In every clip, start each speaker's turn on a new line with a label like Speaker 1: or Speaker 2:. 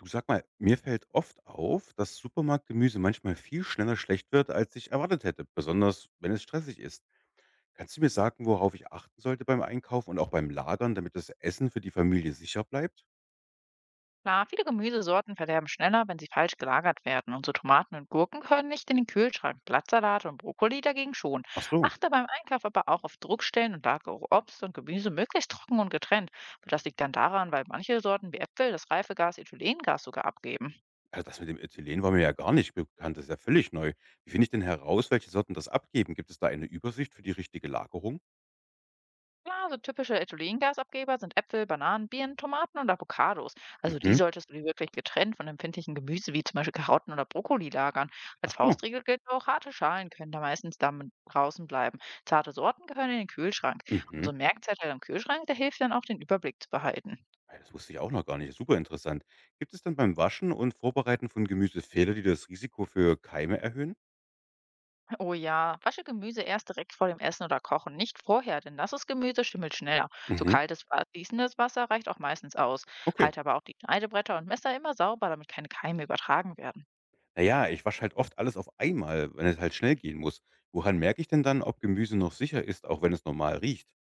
Speaker 1: Du, sag mal, mir fällt oft auf, dass Supermarktgemüse manchmal viel schneller schlecht wird als ich erwartet hätte, besonders wenn es stressig ist. Kannst du mir sagen, worauf ich achten sollte beim Einkauf und auch beim Lagern, damit das Essen für die Familie sicher bleibt?
Speaker 2: Klar, viele Gemüsesorten verderben schneller, wenn sie falsch gelagert werden. Und so Tomaten und Gurken können nicht in den Kühlschrank. Blattsalate und Brokkoli dagegen schon.
Speaker 1: Ach so,
Speaker 2: Achte beim Einkauf aber auch auf Druckstellen und lagere Obst und Gemüse möglichst trocken und getrennt. Und das liegt dann daran, weil manche Sorten wie Äpfel das Reifegas Ethylengas sogar abgeben.
Speaker 1: also das mit dem Ethylen war mir ja gar nicht bekannt, das ist ja völlig neu. Wie finde ich denn heraus, welche Sorten das abgeben? Gibt es da eine Übersicht für die richtige Lagerung?
Speaker 2: Klar, so typische Ethylengasabgeber sind Äpfel, Bananen, Birnen, Tomaten und Avocados. Also die
Speaker 1: Mhm.
Speaker 2: solltest du dir wirklich getrennt von empfindlichen Gemüse wie zum Beispiel Karotten oder Brokkoli lagern.
Speaker 1: Ach
Speaker 2: Als
Speaker 1: so.
Speaker 2: Faustregel gilt auch, harte Schalen können da meistens dann draußen bleiben. Zarte Sorten gehören in den Kühlschrank. Und
Speaker 1: Mhm.
Speaker 2: so ein Merkzettel im Kühlschrank, der hilft dann auch, den Überblick zu behalten.
Speaker 1: Ja, das wusste ich auch noch gar nicht. Super interessant. Gibt es dann beim Waschen und Vorbereiten von Gemüse Fehler, die das Risiko für Keime erhöhen?
Speaker 2: Oh ja, wasche Gemüse erst direkt vor dem Essen oder Kochen, nicht vorher, denn nasses Gemüse schimmelt schneller. So
Speaker 1: Mhm.
Speaker 2: kaltes, fließendes Wasser reicht auch meistens aus.
Speaker 1: Okay.
Speaker 2: Halte aber auch die Schneidebretter und Messer immer sauber, damit keine Keime übertragen werden.
Speaker 1: Naja, ich wasche halt oft alles auf einmal, wenn es halt schnell gehen muss. Woran merke ich denn dann, ob Gemüse noch sicher ist, auch wenn es normal riecht?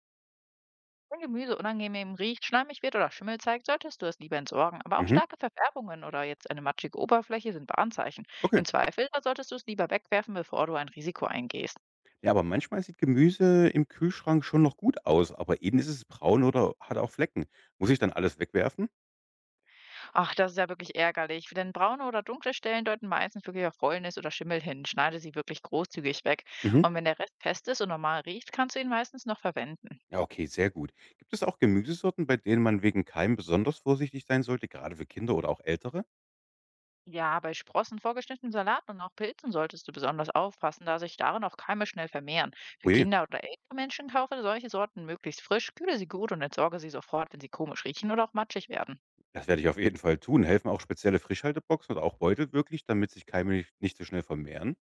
Speaker 2: Wenn Gemüse unangenehm riecht, schleimig wird oder Schimmel zeigt, solltest du es lieber entsorgen. Aber auch
Speaker 1: Mhm.
Speaker 2: starke Verfärbungen oder jetzt eine matschige Oberfläche sind Warnzeichen. Im
Speaker 1: Okay.
Speaker 2: Zweifel, da solltest du es lieber wegwerfen, bevor du ein Risiko eingehst.
Speaker 1: Ja, aber manchmal sieht Gemüse im Kühlschrank schon noch gut aus, aber innen ist es braun oder hat auch Flecken. Muss ich dann alles wegwerfen?
Speaker 2: Ach, das ist ja wirklich ärgerlich, denn braune oder dunkle Stellen deuten meistens wirklich auf Fäulnis oder Schimmel hin. Schneide sie wirklich großzügig weg.
Speaker 1: Mhm.
Speaker 2: Und wenn der Rest fest ist und normal riecht, kannst du ihn meistens noch verwenden.
Speaker 1: Ja, okay, sehr gut. Gibt es auch Gemüsesorten, bei denen man wegen Keim besonders vorsichtig sein sollte, gerade für Kinder oder auch Ältere?
Speaker 2: Ja, bei Sprossen, vorgeschnittenem Salat und auch Pilzen solltest du besonders aufpassen, da sich darin auch Keime schnell vermehren.
Speaker 1: Oh
Speaker 2: Für
Speaker 1: je,
Speaker 2: Kinder oder ältere Menschen kaufe solche Sorten möglichst frisch, kühle sie gut und entsorge sie sofort, wenn sie komisch riechen oder auch matschig werden.
Speaker 1: das werde ich auf jeden Fall tun. Helfen auch spezielle Frischhalteboxen oder auch Beutel wirklich, damit sich Keime nicht so schnell vermehren?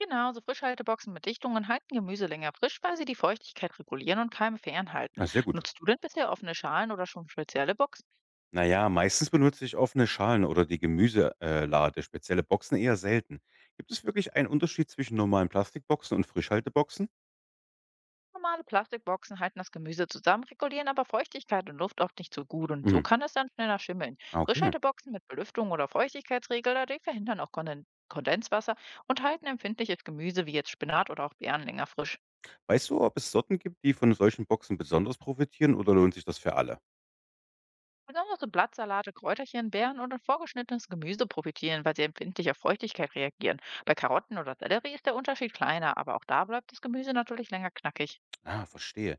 Speaker 2: Genau, so Frischhalteboxen mit Dichtungen halten Gemüse länger frisch, weil sie die Feuchtigkeit regulieren und Keime fernhalten.
Speaker 1: Ah, sehr gut.
Speaker 2: Nutzt du denn bisher offene Schalen oder schon spezielle Boxen?
Speaker 1: Na ja, meistens benutze ich offene Schalen oder die Gemüselade, spezielle Boxen eher selten. Gibt es wirklich einen Unterschied zwischen normalen Plastikboxen und Frischhalteboxen?
Speaker 2: Normale Plastikboxen halten das Gemüse zusammen, regulieren aber Feuchtigkeit und Luft oft nicht so gut und so
Speaker 1: Mhm.
Speaker 2: kann es dann schneller schimmeln.
Speaker 1: Ah, okay.
Speaker 2: Frischhalteboxen mit Belüftung oder Feuchtigkeitsregler, die verhindern auch Kondenswasser und halten empfindliches Gemüse wie jetzt Spinat oder auch Beeren länger frisch.
Speaker 1: Weißt du, ob es Sorten gibt, die von solchen Boxen besonders profitieren, oder lohnt sich das für alle?
Speaker 2: Besonders so Blattsalate, Kräuterchen, Beeren und ein vorgeschnittenes Gemüse profitieren, weil sie empfindlich auf Feuchtigkeit reagieren. Bei Karotten oder Sellerie ist der Unterschied kleiner, aber auch da bleibt das Gemüse natürlich länger knackig.
Speaker 1: Ah, verstehe.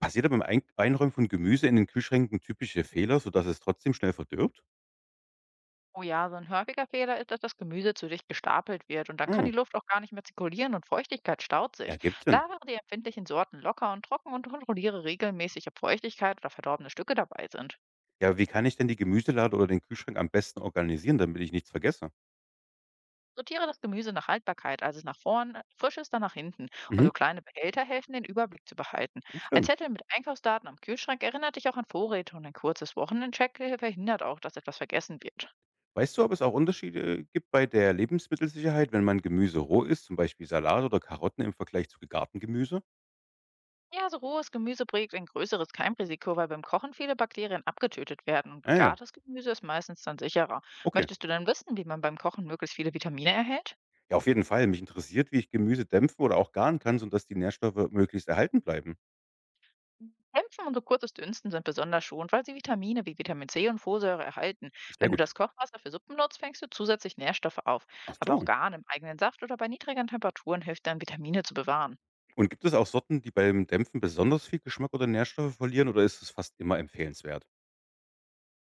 Speaker 1: Passiert da beim Einräumen von Gemüse in den Kühlschränken typische Fehler, sodass es trotzdem schnell verdirbt?
Speaker 2: Oh ja, so ein häufiger Fehler ist, dass das Gemüse zu dicht gestapelt wird und dann kann
Speaker 1: Hm,
Speaker 2: die Luft auch gar nicht mehr zirkulieren und Feuchtigkeit staut sich.
Speaker 1: ergibt Sinn.
Speaker 2: Lagere die empfindlichen Sorten locker und trocken und kontrolliere regelmäßig, ob Feuchtigkeit oder verdorbene Stücke dabei sind.
Speaker 1: Ja, wie kann ich denn die Gemüselade oder den Kühlschrank am besten organisieren, damit ich nichts vergesse?
Speaker 2: Sortiere das Gemüse nach Haltbarkeit, also nach vorn, Frisches dann nach hinten. Und
Speaker 1: Mhm,
Speaker 2: so kleine Behälter helfen, den Überblick zu behalten. Ein
Speaker 1: stimmt.
Speaker 2: Zettel mit Einkaufsdaten am Kühlschrank erinnert dich auch an Vorräte und ein kurzes Wochenendcheck verhindert auch, dass etwas vergessen wird.
Speaker 1: Weißt du, ob es auch Unterschiede gibt bei der Lebensmittelsicherheit, wenn man Gemüse roh isst, zum Beispiel Salat oder Karotten im Vergleich zu gegartem Gemüse?
Speaker 2: Ja, so rohes Gemüse birgt ein größeres Keimrisiko, weil beim Kochen viele Bakterien abgetötet werden. Und
Speaker 1: Ah ja,
Speaker 2: Gartes Gemüse ist meistens dann sicherer.
Speaker 1: okay.
Speaker 2: Möchtest du dann wissen, wie man beim Kochen möglichst viele Vitamine erhält?
Speaker 1: Ja, auf jeden Fall. Mich interessiert, wie ich Gemüse dämpfen oder auch garen kann, sodass die Nährstoffe möglichst erhalten bleiben.
Speaker 2: Kämpfen und so kurzes Dünsten sind besonders schonend, weil sie Vitamine wie Vitamin C und Folsäure erhalten.
Speaker 1: Sehr
Speaker 2: Wenn du
Speaker 1: gut.
Speaker 2: das Kochwasser für Suppen nutzt, fängst du zusätzlich Nährstoffe auf.
Speaker 1: Ach
Speaker 2: Aber auch
Speaker 1: so.
Speaker 2: Garn im eigenen Saft oder bei niedrigen Temperaturen hilft dann, Vitamine zu bewahren.
Speaker 1: Und gibt es auch Sorten, die beim Dämpfen besonders viel Geschmack oder Nährstoffe verlieren, oder ist es fast immer empfehlenswert?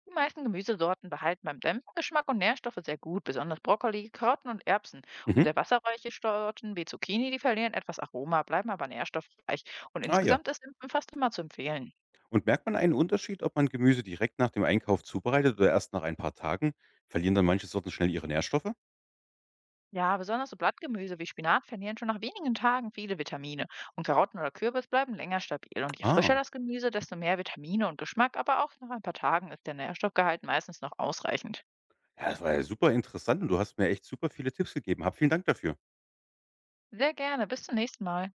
Speaker 2: Die meisten Gemüsesorten behalten beim Dämpfgeschmack und Nährstoffe sehr gut, besonders Brokkoli, Karotten und Erbsen. Und
Speaker 1: Mhm.
Speaker 2: sehr wasserreiche Sorten wie Zucchini, die verlieren etwas Aroma, bleiben aber nährstoffreich. Und
Speaker 1: Ah ja.
Speaker 2: insgesamt ist Dämpfen fast immer zu empfehlen.
Speaker 1: Und merkt man einen Unterschied, ob man Gemüse direkt nach dem Einkauf zubereitet oder erst nach ein paar Tagen? Verlieren dann manche Sorten schnell ihre Nährstoffe?
Speaker 2: Ja, besonders so Blattgemüse wie Spinat verlieren schon nach wenigen Tagen viele Vitamine. Und Karotten oder Kürbis bleiben länger stabil. Und je frischer
Speaker 1: Ah,
Speaker 2: das Gemüse, desto mehr Vitamine und Geschmack, aber auch nach ein paar Tagen ist der Nährstoffgehalt meistens noch ausreichend.
Speaker 1: ja, das war ja super interessant und du hast mir echt super viele Tipps gegeben. Hab vielen Dank dafür.
Speaker 2: Sehr gerne, bis zum nächsten Mal.